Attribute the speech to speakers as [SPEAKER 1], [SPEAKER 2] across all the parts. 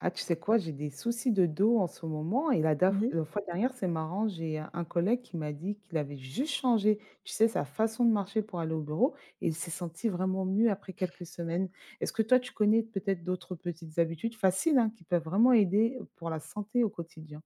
[SPEAKER 1] Ah, tu sais quoi? J'ai des soucis de dos en ce moment et la
[SPEAKER 2] Mmh.
[SPEAKER 1] fois dernière, c'est marrant, j'ai un collègue qui m'a dit qu'il avait juste changé, tu sais, sa façon de marcher pour aller au bureau et il s'est senti vraiment mieux après quelques semaines. Est-ce que toi, tu connais peut-être d'autres petites habitudes faciles, hein, qui peuvent vraiment aider pour la santé au quotidien?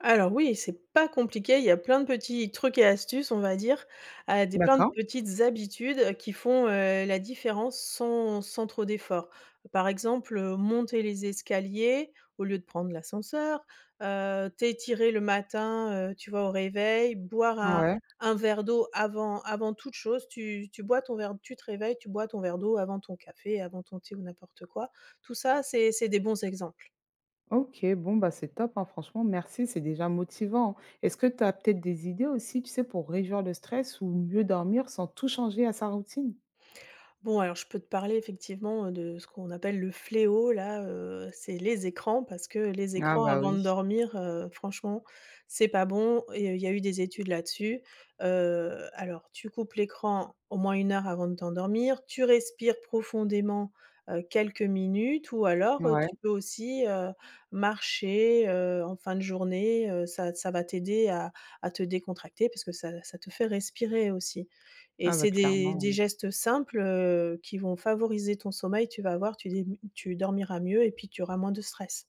[SPEAKER 2] Alors oui, c'est pas compliqué, il y a plein de petits trucs et astuces, on va dire, des plein de
[SPEAKER 1] D'accord.
[SPEAKER 2] petites habitudes qui font, la différence sans trop d'efforts. Par exemple, monter les escaliers au lieu de prendre l'ascenseur, t'étirer le matin, tu vois, au réveil, boire un
[SPEAKER 1] Ouais.
[SPEAKER 2] un verre d'eau avant toute chose. Tu bois ton verre, tu te réveilles, tu bois ton verre d'eau avant ton café, avant ton thé ou n'importe quoi. Tout ça, c'est des bons exemples.
[SPEAKER 1] OK, bon, bah, c'est top, hein, franchement, merci, c'est déjà motivant, hein. Est-ce que tu as peut-être des idées aussi, tu sais, pour réduire le stress ou mieux dormir sans tout changer à sa routine?
[SPEAKER 2] Bon, alors je peux te parler effectivement, de ce qu'on appelle le fléau là, c'est les écrans parce que les
[SPEAKER 1] Ah
[SPEAKER 2] écrans
[SPEAKER 1] bah
[SPEAKER 2] avant
[SPEAKER 1] oui.
[SPEAKER 2] de dormir, franchement, c'est pas bon et il y a eu des études là-dessus. Alors tu coupes l'écran au moins 1 heure avant de t'endormir, tu respires profondément, quelques minutes ou alors,
[SPEAKER 1] Ouais.
[SPEAKER 2] tu peux aussi, marcher, en fin de journée, ça va t'aider à te décontracter parce que ça te fait respirer aussi et
[SPEAKER 1] Ah bah
[SPEAKER 2] c'est des
[SPEAKER 1] clairement,
[SPEAKER 2] des
[SPEAKER 1] oui.
[SPEAKER 2] gestes simples, qui vont favoriser ton sommeil. Tu vas voir, tu dormiras mieux et puis tu auras moins de stress.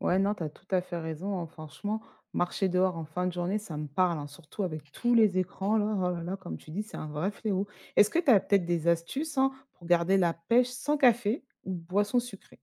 [SPEAKER 1] Ouais, non, tu as tout à fait raison, hein, franchement, marcher dehors en fin de journée, ça me parle, hein, surtout avec tous les écrans là, oh là là, comme tu dis, c'est un vrai fléau. Est-ce que tu as peut-être des astuces, hein, pour garder la pêche sans café ou boisson sucrée?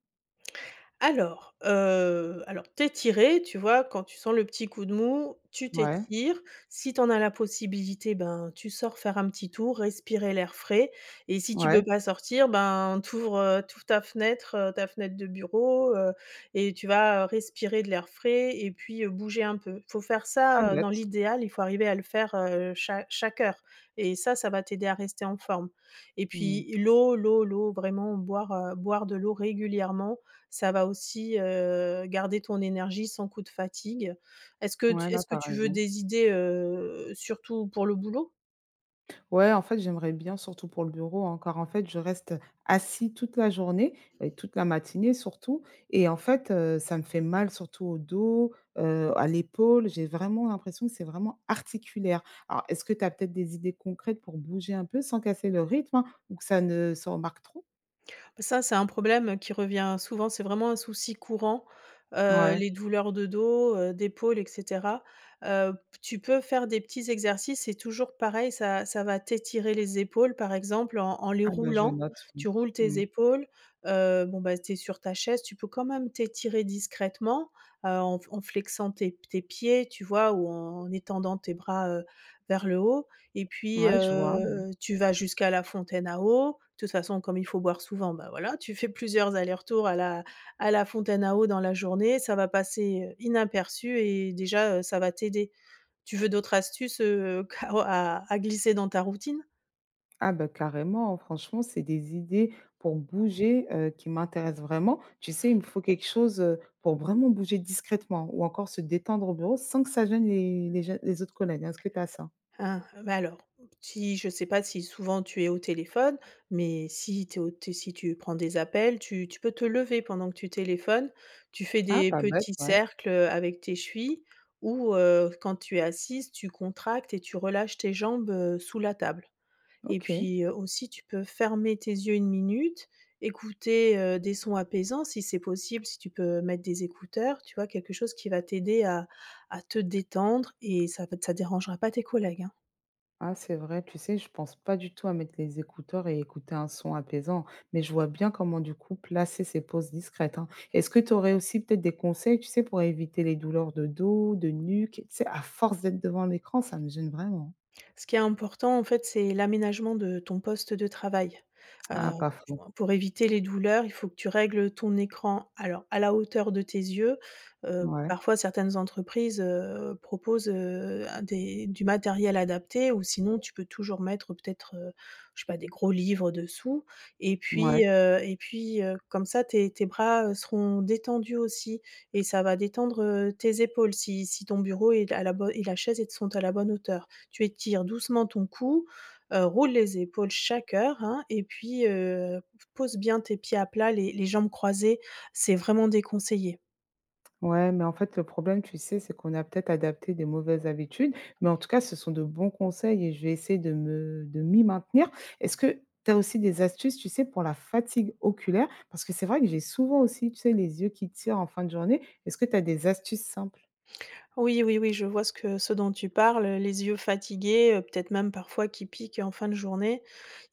[SPEAKER 2] Alors, t'étirer, tu vois, quand tu sens le petit coup de mou, tu
[SPEAKER 1] Ouais,
[SPEAKER 2] t'étires. Si tu en as la possibilité, ben, tu sors faire un petit tour, respirer l'air frais et si tu
[SPEAKER 1] ouais,
[SPEAKER 2] peux pas sortir, ben, tu ouvres, ta fenêtre de bureau, et tu vas, respirer de l'air frais et puis, bouger un peu. Faut faire
[SPEAKER 1] pas
[SPEAKER 2] ça, dans
[SPEAKER 1] bête.
[SPEAKER 2] l'idéal, il faut arriver à le faire, chaque heure et ça va t'aider à rester en forme et
[SPEAKER 1] Mmh.
[SPEAKER 2] puis l'eau, l'eau, l'eau, vraiment boire, boire de l'eau régulièrement, ça va aussi, garder ton énergie sans coup de fatigue. Est-ce que
[SPEAKER 1] Ouais,
[SPEAKER 2] tu
[SPEAKER 1] non,
[SPEAKER 2] est-ce que
[SPEAKER 1] t'as
[SPEAKER 2] tu veux
[SPEAKER 1] raison.
[SPEAKER 2] des idées, surtout pour le boulot?
[SPEAKER 1] Ouais, en fait, j'aimerais bien, surtout pour le bureau, hein, car en fait, je reste assis toute la journée et toute la matinée surtout. Et en fait, ça me fait mal surtout au dos, à l'épaule. J'ai vraiment l'impression que c'est vraiment articulaire. Alors, est-ce que tu as peut-être des idées concrètes pour bouger un peu sans casser le rythme, hein, ou que ça ne se remarque trop?
[SPEAKER 2] Ça, c'est un problème qui revient souvent, c'est vraiment un souci courant,
[SPEAKER 1] Ouais.
[SPEAKER 2] les douleurs de dos, d'épaules et cetera. Heu, Tu peux faire des petits exercices, c'est toujours pareil, ça va t'étirer les épaules, par exemple, en les
[SPEAKER 1] Ah ben, je
[SPEAKER 2] roulant.
[SPEAKER 1] note. Mmh.
[SPEAKER 2] Tu roules tes
[SPEAKER 1] Mmh.
[SPEAKER 2] épaules, bon, bah, tu es sur ta chaise, tu peux quand même t'étirer discrètement, en flexant tes pieds, tu vois? Ou en étendant tes bras, vers le haut et puis,
[SPEAKER 1] Ouais, je vois.
[SPEAKER 2] tu vas jusqu'à la fontaine à eau. De toute façon, comme il faut boire souvent, bah, voilà, tu fais plusieurs allers-retours à la fontaine à eau dans la journée, ça va passer, inaperçu et déjà, ça va t'aider. Tu veux d'autres astuces, à glisser dans ta routine?
[SPEAKER 1] Ah bah carrément, franchement, c'est des idées pour bouger, qui m'intéressent vraiment. Tu sais, il me faut quelque chose, pour vraiment bouger discrètement ou encore se détendre au bureau sans que ça gêne les autres collègues, hein. Est-ce que tu as ça?
[SPEAKER 2] Ah, bah, alors, si je sais pas si souvent tu es au téléphone, mais si tu au té si tu prends des appels, tu peux te lever pendant que tu téléphones, tu fais
[SPEAKER 1] Ah
[SPEAKER 2] des
[SPEAKER 1] pas bête,
[SPEAKER 2] petits
[SPEAKER 1] ouais.
[SPEAKER 2] cercles avec tes chevilles ou quand tu es assise, tu contractes et tu relâches tes jambes, sous la table et
[SPEAKER 1] OK.
[SPEAKER 2] puis, aussi tu peux fermer tes yeux 1 minute, écouter, des sons apaisants si c'est possible, si tu peux mettre des écouteurs, tu vois? Quelque chose qui va t'aider à te détendre et ça va dérangera pas tes collègues, hein.
[SPEAKER 1] Ah c'est vrai, tu sais, je pense pas du tout à mettre les écouteurs et écouter un son apaisant, mais je vois bien comment du coup placer ces pauses discrètes, hein. Est-ce que tu aurais aussi peut-être des conseils, tu sais, pour éviter les douleurs de dos, de nuque? Tu sais, à force d'être devant l'écran, ça me gêne vraiment.
[SPEAKER 2] Ce qui est important, en fait, c'est l'aménagement de ton poste de travail. Heu,
[SPEAKER 1] Ah pas faux.
[SPEAKER 2] pour éviter les douleurs, il faut que tu règles ton écran, alors à la hauteur de tes yeux.
[SPEAKER 1] Ouais,
[SPEAKER 2] Parfois certaines entreprises, proposent, un des du matériel adapté ou sinon tu peux toujours mettre peut-être, je sais pas, des gros livres dessous et
[SPEAKER 1] ouais,
[SPEAKER 2] puis, comme ça tes bras, seront détendus aussi et ça va détendre, tes épaules si ton bureau est à la bonne et la chaise sont à la bonne hauteur. Tu étires doucement ton cou, roule les épaules chaque heure, hein, et puis, pose bien tes pieds à plat, les jambes croisées, c'est vraiment déconseillé.
[SPEAKER 1] ouais, mais en fait, le problème, tu sais, c'est qu'on a peut-être adapté des mauvaises habitudes, mais en tout cas, ce sont de bons conseils et je vais essayer de m'y maintenir. Est-ce que tu as aussi des astuces, tu sais, pour la fatigue oculaire? Parce que c'est vrai que j'ai souvent aussi, tu sais, les yeux qui tirent en fin de journée. Est-ce que tu as des astuces simples?
[SPEAKER 2] Oui, oui, oui, je vois ce dont tu parles, les yeux fatigués, peut-être même parfois qui piquent en fin de journée.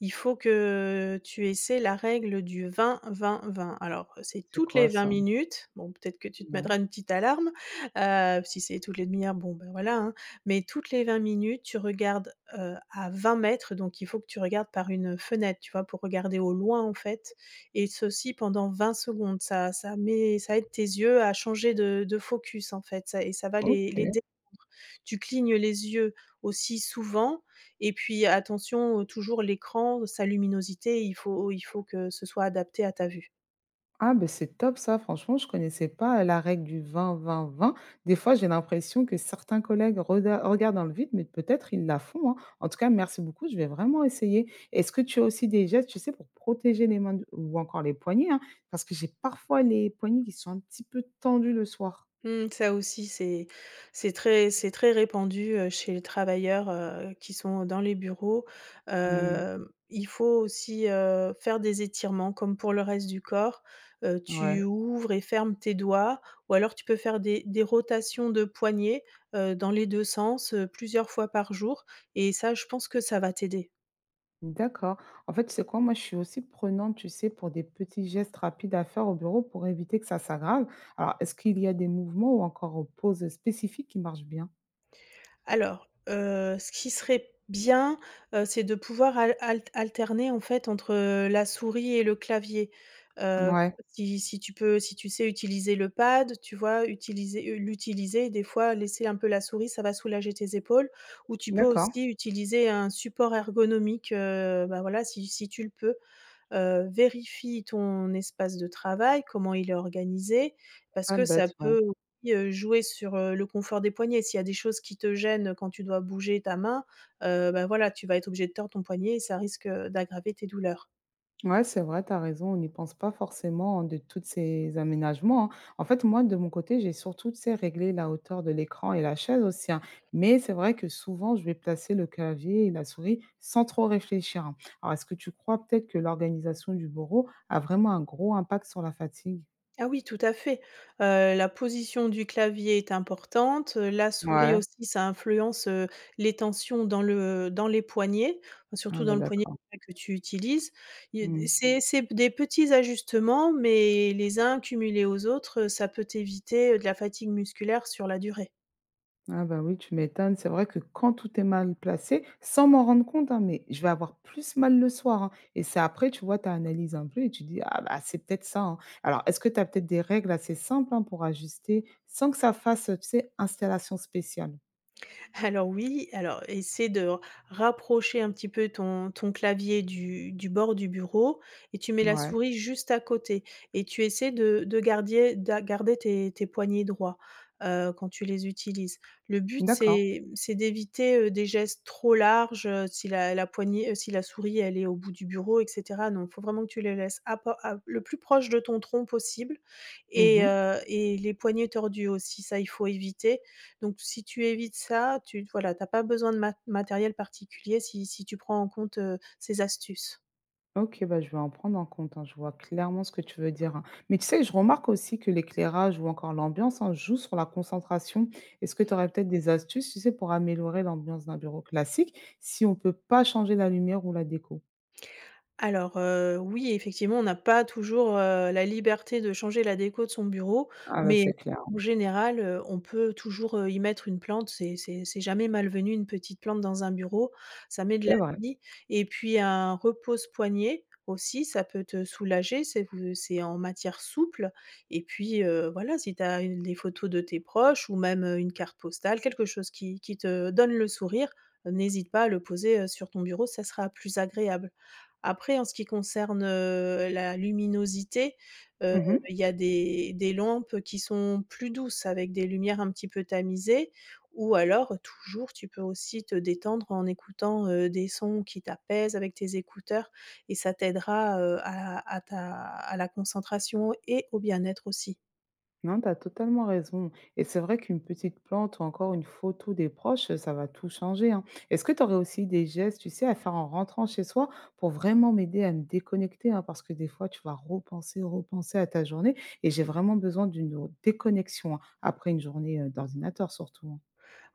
[SPEAKER 2] Il faut que tu essaies la règle du 20-20-20. Alors, c'est
[SPEAKER 1] C'est
[SPEAKER 2] toutes les
[SPEAKER 1] quoi
[SPEAKER 2] vingt
[SPEAKER 1] ça?
[SPEAKER 2] minutes, bon peut-être que tu te
[SPEAKER 1] Ouais,
[SPEAKER 2] mettras une petite alarme, si c'est toutes les demi heures, bon, ben, voilà, hein, mais toutes les 20 minutes, tu regardes, à 20 mètres, donc il faut que tu regardes par une fenêtre, tu vois? Pour regarder au loin, en fait, et ceci pendant 20 secondes. Ça aide tes yeux à changer de focus, en fait, ça va les
[SPEAKER 1] OK.
[SPEAKER 2] détendre. Tu clignes les yeux aussi souvent et puis attention, toujours l'écran, sa luminosité, il faut que ce soit adapté à ta vue.
[SPEAKER 1] Ah, ben c'est top ça, franchement, je connaissais pas la règle du vingt vingt vingt. Des fois, j'ai l'impression que certains collègues regardent dans le vide, mais peut-être ils la font, hein. En tout cas, merci beaucoup, je vais vraiment essayer. Est-ce que tu as aussi des gestes, tu sais, pour protéger les mains ou encore les poignets, hein, parce que j'ai parfois les poignets qui sont un petit peu tendus le soir.
[SPEAKER 2] Mmh, ça aussi, c'est très répandu, chez les travailleurs, qui sont dans les bureaux.
[SPEAKER 1] Mm,
[SPEAKER 2] Il faut aussi, faire des étirements comme pour le reste du corps.
[SPEAKER 1] ouais,
[SPEAKER 2] Tu ouvres et fermes tes doigts ou alors tu peux faire des rotations de poignets, dans les 2 sens, plusieurs fois par jour et ça, je pense que ça va t'aider.
[SPEAKER 1] d'accord. En fait, tu sais quoi, moi, je suis aussi prenante, tu sais, pour des petits gestes rapides à faire au bureau pour éviter que ça s'aggrave. Alors, est-ce qu'il y a des mouvements ou encore pauses spécifiques qui marchent bien?
[SPEAKER 2] Alors, ce qui serait bien, c'est de pouvoir al alt alterner en fait entre la souris et le clavier. Heu,
[SPEAKER 1] Ouais,
[SPEAKER 2] si si tu peux si tu sais utiliser le pad, tu vois? L'utiliser, des fois laisser un peu la souris, ça va soulager tes épaules ou tu peux
[SPEAKER 1] d'accord.
[SPEAKER 2] aussi utiliser un support ergonomique, bah, voilà, si tu le peux. Vérifie ton espace de travail, comment il est organisé, parce
[SPEAKER 1] Ah
[SPEAKER 2] que ça
[SPEAKER 1] bête, ouais.
[SPEAKER 2] peut aussi, jouer sur, le confort des poignets. S'il y a des choses qui te gênent quand tu dois bouger ta main, bah, voilà, tu vas être obligé de tordre ton poignet et ça risque, d'aggraver tes douleurs.
[SPEAKER 1] Ouais, c'est vrai, tu as raison, on n'y pense pas forcément, hein, de toutes ces aménagements, hein. En fait, moi, de mon côté, j'ai surtout, tu sais, réglé la hauteur de l'écran et la chaise aussi, hein. Mais c'est vrai que souvent, je vais placer le clavier et la souris sans trop réfléchir, hein. Alors, est-ce que tu crois peut-être que l'organisation du bureau a vraiment un gros impact sur la fatigue?
[SPEAKER 2] Ah oui, tout à fait. La position du clavier est importante, la souris
[SPEAKER 1] Ouais.
[SPEAKER 2] aussi, ça influence, les tensions dans les poignets, enfin,
[SPEAKER 1] Ah
[SPEAKER 2] surtout
[SPEAKER 1] bah
[SPEAKER 2] dans le poignet
[SPEAKER 1] d'accord.
[SPEAKER 2] que tu utilises.
[SPEAKER 1] Mmh.
[SPEAKER 2] Il c'est des petits ajustements, mais les uns cumulés aux autres, ça peut éviter de la fatigue musculaire sur la durée.
[SPEAKER 1] Ah bah oui, tu m'étonnes. C'est vrai que quand tout est mal placé, sans m'en rendre compte, hein, mais je vais avoir plus mal le soir, hein. Et c'est après, tu vois, tu analyses un peu et tu dis, ah bah c'est peut-être ça, hein. Alors, est-ce que tu as peut-être des règles assez simples, hein, pour ajuster sans que ça fasse, tu sais, installation spéciale?
[SPEAKER 2] Alors oui, alors essaie de r rapprocher un petit peu ton clavier du bord du bureau et tu mets la
[SPEAKER 1] Ouais,
[SPEAKER 2] souris juste à côté et tu essaies de garder tes poignets droits, quand tu les utilises. Le but
[SPEAKER 1] d'accord.
[SPEAKER 2] c'est d'éviter, des gestes trop larges, si la poignée, si la souris elle est au bout du bureau et cetera. Non, faut vraiment que tu les laisses à le plus proche de ton tronc possible et les poignets tordus aussi, ça il faut éviter, donc si tu évites ça, tu voilà, t'as pas besoin de matériel particulier si tu prends en compte, ces astuces.
[SPEAKER 1] OK, bah, je vais en prendre en compte, hein. Je vois clairement ce que tu veux dire, hein. Mais tu sais, je remarque aussi que l'éclairage ou encore l'ambiance, hein, joue sur la concentration. Est-ce que tu aurais peut-être des astuces, tu sais, pour améliorer l'ambiance d'un bureau classique si on ne peut pas changer la lumière ou la déco?
[SPEAKER 2] Alors, oui, effectivement, on n'a pas toujours, la liberté de changer la déco de son bureau,
[SPEAKER 1] Ah bah,
[SPEAKER 2] mais
[SPEAKER 1] c'est clair,
[SPEAKER 2] en général, on peut toujours, y mettre une plante. C'est jamais malvenu, une petite plante dans un bureau, ça met de
[SPEAKER 1] c'est
[SPEAKER 2] la
[SPEAKER 1] vrai.
[SPEAKER 2] vie et puis un repose-poignet aussi, ça peut te soulager, c'est en matière souple et puis, voilà, si tu as des photos de tes proches ou même, une carte postale, quelque chose qui te donne le sourire, n'hésite pas à le poser, sur ton bureau, ça sera plus agréable. Après en ce qui concerne, la luminosité, heu,
[SPEAKER 1] Mmh.
[SPEAKER 2] il y a des lampes qui sont plus douces avec des lumières un petit peu tamisées ou alors toujours tu peux aussi te détendre en écoutant, des sons qui t'apaisent avec tes écouteurs et ça t'aidera, à la concentration et au bien-être aussi.
[SPEAKER 1] Non, tu as totalement raison. Et c'est vrai qu'une petite plante ou encore une photo des proches, ça va tout changer, hein. Est-ce que tu aurais aussi des gestes, tu sais, à faire en rentrant chez soi pour vraiment m'aider à me déconnecter, hein, parce que des fois, tu vas repenser, repenser à ta journée et j'ai vraiment besoin d'une déconnexion, hein, après une journée, d'ordinateur surtout, hein?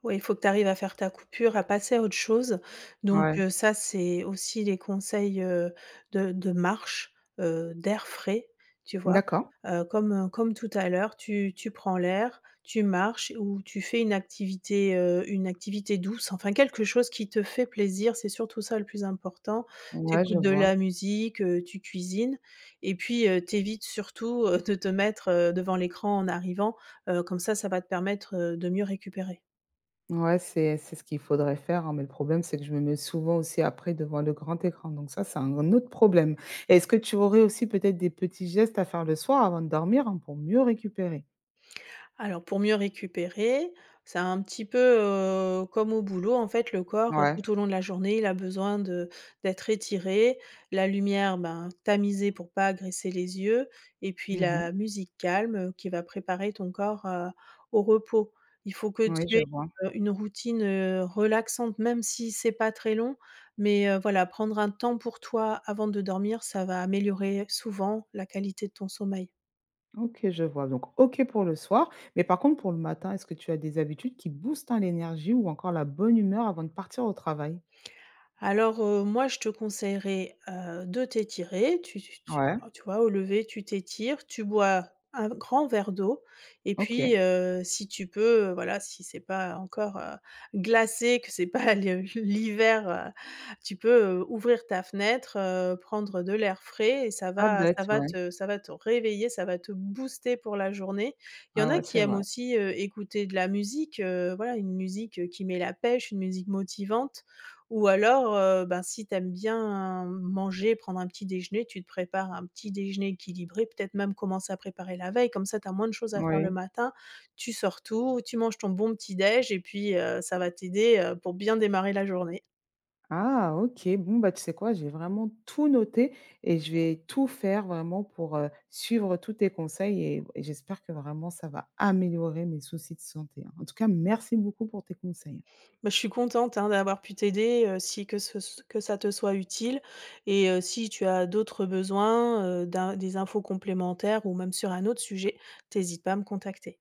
[SPEAKER 2] Ouais, il faut que tu arrives à faire ta coupure, à passer à autre chose. Donc
[SPEAKER 1] Ouais.
[SPEAKER 2] ça, c'est aussi les conseils, de marche, d'air frais, tu vois?
[SPEAKER 1] D'accord.
[SPEAKER 2] Comme tout à l'heure, tu prends l'air, tu marches ou tu fais une activité douce, enfin quelque chose qui te fait plaisir, c'est surtout ça le plus important. Tu
[SPEAKER 1] Ouais, je
[SPEAKER 2] écoutes de
[SPEAKER 1] vois.
[SPEAKER 2] la musique, tu cuisines et puis, tu évites surtout, de te mettre, devant l'écran en arrivant, comme ça va te permettre, de mieux récupérer.
[SPEAKER 1] Ouais, c'est ce qu'il faudrait faire, hein, mais le problème, c'est que je me mets souvent aussi après devant le grand écran, donc ça, c'est un autre problème. Est-ce que tu aurais aussi peut-être des petits gestes à faire le soir avant de dormir, hein, pour mieux récupérer?
[SPEAKER 2] Alors pour mieux récupérer, c'est un petit peu, comme au boulot, en fait le corps,
[SPEAKER 1] Ouais.
[SPEAKER 2] tout au long de la journée, il a besoin de d'être étiré, la lumière, ben, tamisée pour pas agresser les yeux et puis
[SPEAKER 1] Mmh.
[SPEAKER 2] la musique calme, qui va préparer ton corps, au repos. Il faut que
[SPEAKER 1] Oui,
[SPEAKER 2] tu
[SPEAKER 1] je
[SPEAKER 2] aies,
[SPEAKER 1] vois.
[SPEAKER 2] une routine, relaxante même si c'est pas très long, mais voilà, prendre un temps pour toi avant de dormir, ça va améliorer souvent la qualité de ton sommeil.
[SPEAKER 1] OK, je vois, donc OK pour le soir, mais par contre pour le matin, est-ce que tu as des habitudes qui boostent, hein, l'énergie ou encore la bonne humeur avant de partir au travail?
[SPEAKER 2] Alors, moi, je te conseillerais, de t'étirer. Tu tu tu
[SPEAKER 1] Ouais,
[SPEAKER 2] oh, tu vois, au lever, tu t'étires, tu bois un grand verre d'eau et
[SPEAKER 1] OK.
[SPEAKER 2] puis, si tu peux, voilà, si c'est pas encore, glacé, que c'est pas le l'hiver, tu peux, ouvrir ta fenêtre, prendre de l'air frais et
[SPEAKER 1] Pas bête, ouais.
[SPEAKER 2] ça va te réveiller, ça va te booster pour la journée. Il y en
[SPEAKER 1] Ah
[SPEAKER 2] a
[SPEAKER 1] ouais,
[SPEAKER 2] qui
[SPEAKER 1] c'est
[SPEAKER 2] aiment
[SPEAKER 1] vrai.
[SPEAKER 2] aussi, écouter de la musique, voilà, une musique, qui met la pêche, une musique motivante. Ou alors, ben, si tu aimes bien manger, prendre un petit déjeuner, tu te prépares un petit déjeuner équilibré, peut-être même commencer à préparer la veille, comme ça tu as moins de choses à faire le
[SPEAKER 1] Oui.
[SPEAKER 2] matin. Tu sors tout, tu manges ton bon petit déj et puis, ça va t'aider, pour bien démarrer la journée.
[SPEAKER 1] Ah OK, bon, bah, tu sais quoi? J'ai vraiment tout noté et je vais tout faire vraiment pour, suivre tous tes conseils et j'espère que vraiment ça va améliorer mes soucis de santé, hein. En tout cas, merci beaucoup pour tes conseils.
[SPEAKER 2] Bah, je suis contente, hein, d'avoir pu t'aider, si que ce que ça te soit utile et si tu as d'autres besoins, d'in des infos complémentaires ou même sur un autre sujet, tu pas à me contacter.